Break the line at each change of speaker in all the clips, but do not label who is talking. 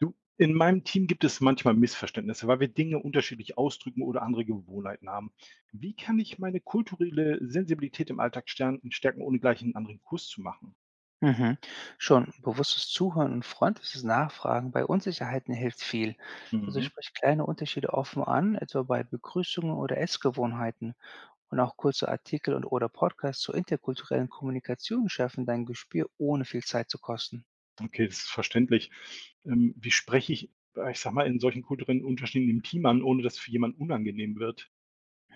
Du, in meinem Team gibt es manchmal Missverständnisse, weil wir Dinge unterschiedlich ausdrücken oder andere Gewohnheiten haben. Wie kann ich meine kulturelle Sensibilität im Alltag stärken, ohne gleich einen anderen Kurs zu machen?
Mhm. Schon bewusstes Zuhören und freundliches Nachfragen bei Unsicherheiten hilft viel. Also
Mhm.
sprich kleine Unterschiede offen an, etwa bei Begrüßungen oder Essgewohnheiten. Und auch kurze Artikel und oder Podcasts zur interkulturellen Kommunikation schärfen dein Gespür, ohne viel Zeit zu kosten.
Okay, das ist verständlich. Wie spreche ich, ich sag mal, in solchen kulturellen Unterschieden im Team an, ohne dass für jemanden unangenehm wird?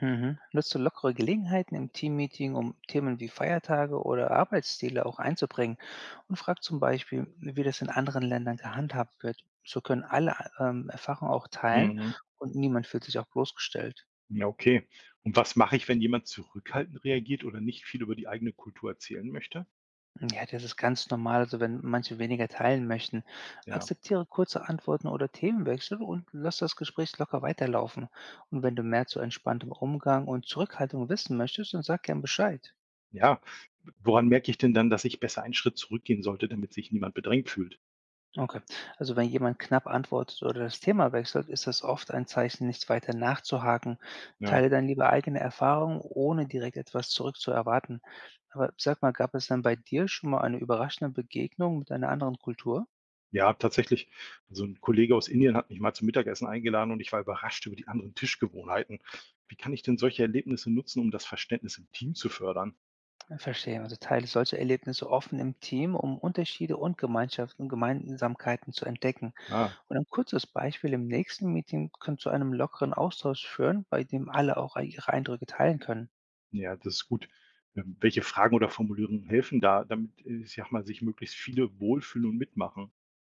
Mhm. Nutzt du lockere Gelegenheiten im Teammeeting, um Themen wie Feiertage oder Arbeitsstile auch einzubringen, und frag zum Beispiel, wie das in anderen Ländern gehandhabt wird. So können alle Erfahrungen auch teilen
Mhm.
und niemand fühlt sich auch bloßgestellt.
Ja, okay. Und was mache ich, wenn jemand zurückhaltend reagiert oder nicht viel über die eigene Kultur erzählen möchte?
Ja, das ist ganz normal, also wenn manche weniger teilen möchten.
Ja.
Akzeptiere kurze Antworten oder Themenwechsel und lass das Gespräch locker weiterlaufen. Und wenn du mehr zu entspanntem Umgang und Zurückhaltung wissen möchtest, dann sag gern Bescheid.
Ja, woran merke ich denn dann, dass ich besser einen Schritt zurückgehen sollte, damit sich niemand bedrängt fühlt?
Okay. Also wenn jemand knapp antwortet oder das Thema wechselt, ist das oft ein Zeichen, nicht weiter nachzuhaken.
Ja.
Teile dann lieber eigene Erfahrungen, ohne direkt etwas zurückzuerwarten. Aber sag mal, gab es dann bei dir schon mal eine überraschende Begegnung mit einer anderen Kultur?
Ja, tatsächlich. Also ein Kollege aus Indien hat mich mal zum Mittagessen eingeladen und ich war überrascht über die anderen Tischgewohnheiten. Wie kann ich denn solche Erlebnisse nutzen, um das Verständnis im Team zu fördern?
Verstehe. Also teile solche Erlebnisse offen im Team, um Unterschiede und Gemeinschaften, und Gemeinsamkeiten zu entdecken.
Ah,
Und ein kurzes Beispiel im nächsten Meeting kann zu einem lockeren Austausch führen, bei dem alle auch ihre Eindrücke teilen können.
ja, das ist gut. Welche Fragen oder Formulierungen helfen da, damit, ich sag mal, sich möglichst viele wohlfühlen und mitmachen?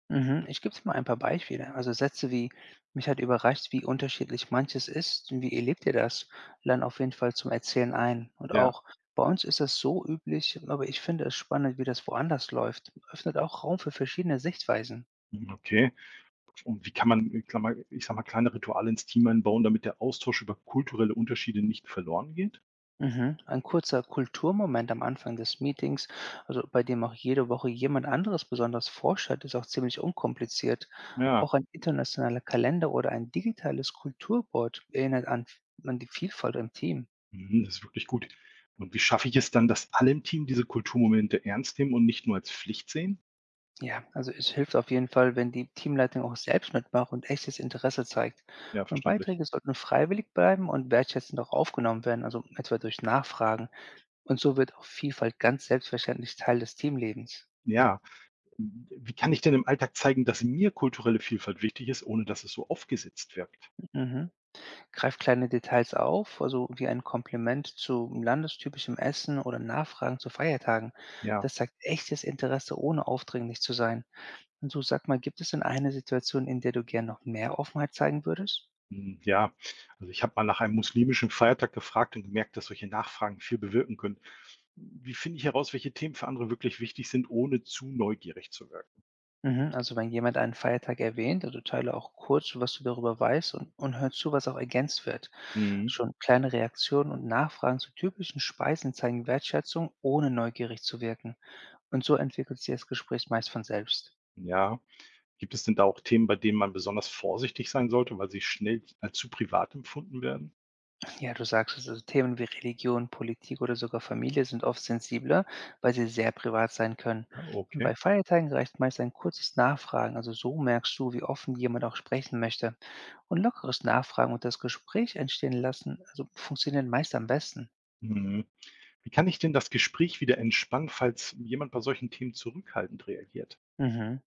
Mhm, ich gebe dir mal ein paar Beispiele. Also Sätze wie, mich hat überrascht, wie unterschiedlich manches ist und wie erlebt ihr das, laden auf jeden Fall zum Erzählen ein. Und
Ja,
auch bei uns ist das so üblich, aber ich finde es spannend, wie das woanders läuft. Öffnet auch Raum für verschiedene Sichtweisen.
mhm, okay. Und wie kann man, Klammer, ich sag mal, kleine Rituale ins Team einbauen, damit der Austausch über kulturelle Unterschiede nicht verloren geht?
Mhm. Ein kurzer Kulturmoment am Anfang des Meetings, also bei dem auch jede Woche jemand anderes besonders vorstellt, ist auch ziemlich unkompliziert.
Ja,
Auch ein internationaler Kalender oder ein digitales Kulturboard erinnert an die Vielfalt im Team.
mhm, das ist wirklich gut. Und wie schaffe ich es dann, dass alle im Team diese Kulturmomente ernst nehmen und nicht nur als Pflicht sehen?
Ja, also es hilft auf jeden Fall, wenn die Teamleitung auch selbst mitmacht und echtes Interesse zeigt.
Ja,
Und
verständlich.
Beiträge sollten freiwillig bleiben und wertschätzend auch aufgenommen werden, also etwa durch Nachfragen. Und so wird auch Vielfalt ganz selbstverständlich Teil des Teamlebens.
Ja, wie kann ich denn im Alltag zeigen, dass mir kulturelle Vielfalt wichtig ist, ohne dass es so aufgesetzt wirkt?
Mhm. Greift kleine Details auf, also wie ein Kompliment zu landestypischem Essen oder Nachfragen zu Feiertagen.
Ja,
Das zeigt echtes Interesse, ohne aufdringlich zu sein. Und so sag mal, gibt es denn eine Situation, in der du gern noch mehr Offenheit zeigen würdest?
hm, ja. Also ich habe mal nach einem muslimischen Feiertag gefragt und gemerkt, dass solche Nachfragen viel bewirken können. Wie finde ich heraus, welche Themen für andere wirklich wichtig sind, ohne zu neugierig zu wirken?
Mhm, also wenn jemand einen Feiertag erwähnt, also teile auch kurz, was du darüber weißt und hör zu, was auch ergänzt wird.
Mhm.
Schon kleine Reaktionen und Nachfragen zu typischen Speisen zeigen Wertschätzung, ohne neugierig zu wirken. Und so entwickelt sich das Gespräch meist von selbst.
Ja. Gibt es denn da auch Themen, bei denen man besonders vorsichtig sein sollte, weil sie schnell als zu privat empfunden werden?
Ja, du sagst es, also Themen wie Religion, Politik oder sogar Familie sind oft sensibler, weil sie sehr privat sein können.
Ja,
Und
okay.
bei Feiertagen reicht meist ein kurzes Nachfragen, also so merkst du, wie offen jemand auch sprechen möchte. Und lockeres Nachfragen und das Gespräch entstehen lassen, also funktionieren meist am besten.
Mhm. Wie kann ich denn das Gespräch wieder entspannen, falls jemand bei solchen Themen zurückhaltend reagiert?
Mhm.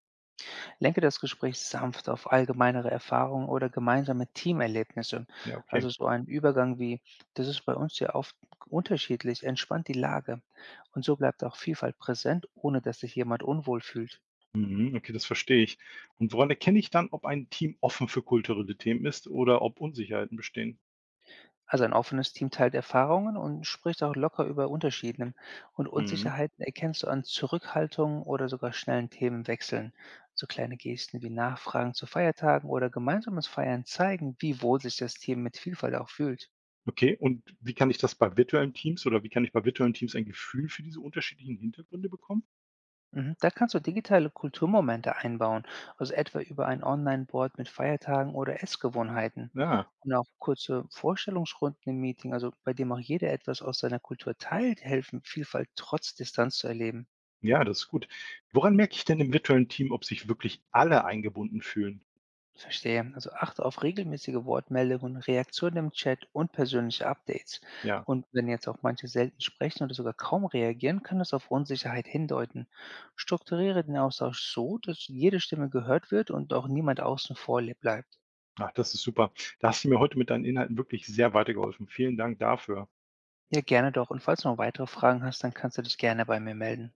Lenke das Gespräch sanft auf allgemeinere Erfahrungen oder gemeinsame Teamerlebnisse.
Ja,
Also
okay.
so ein Übergang wie, das ist bei uns ja oft unterschiedlich, entspannt die Lage. Und so bleibt auch Vielfalt präsent, ohne dass sich jemand unwohl fühlt.
Mhm, okay, das verstehe ich. Und woran erkenne ich dann, ob ein Team offen für kulturelle Themen ist oder ob Unsicherheiten bestehen?
Also ein offenes Team teilt Erfahrungen und spricht auch locker über Unterschieden. Und
Mhm.
Unsicherheiten erkennst du an Zurückhaltung oder sogar schnellen Themenwechseln. So kleine Gesten wie Nachfragen zu Feiertagen oder gemeinsames Feiern zeigen, wie wohl sich das Team mit Vielfalt auch fühlt.
Okay, und wie kann ich das bei virtuellen Teams oder wie kann ich bei virtuellen Teams ein Gefühl für diese unterschiedlichen Hintergründe bekommen?
Mhm. Da kannst du digitale Kulturmomente einbauen, also etwa über ein Online-Board mit Feiertagen oder Essgewohnheiten.
Ja.
Und auch kurze Vorstellungsrunden im Meeting, also bei dem auch jeder etwas aus seiner Kultur teilt, helfen, Vielfalt trotz Distanz zu erleben.
Ja, das ist gut. Woran merke ich denn im virtuellen Team, ob sich wirklich alle eingebunden fühlen?
Verstehe. Also achte auf regelmäßige Wortmeldungen, Reaktionen im Chat und persönliche Updates.
Ja,
Und wenn jetzt auch manche selten sprechen oder sogar kaum reagieren, kann das auf Unsicherheit hindeuten. Strukturiere den Austausch so, dass jede Stimme gehört wird und auch niemand außen vor bleibt.
ach, das ist super. Da hast du mir heute mit deinen Inhalten wirklich sehr weitergeholfen. Vielen Dank dafür.
Ja, gerne doch. Und falls du noch weitere Fragen hast, dann kannst du dich gerne bei mir melden.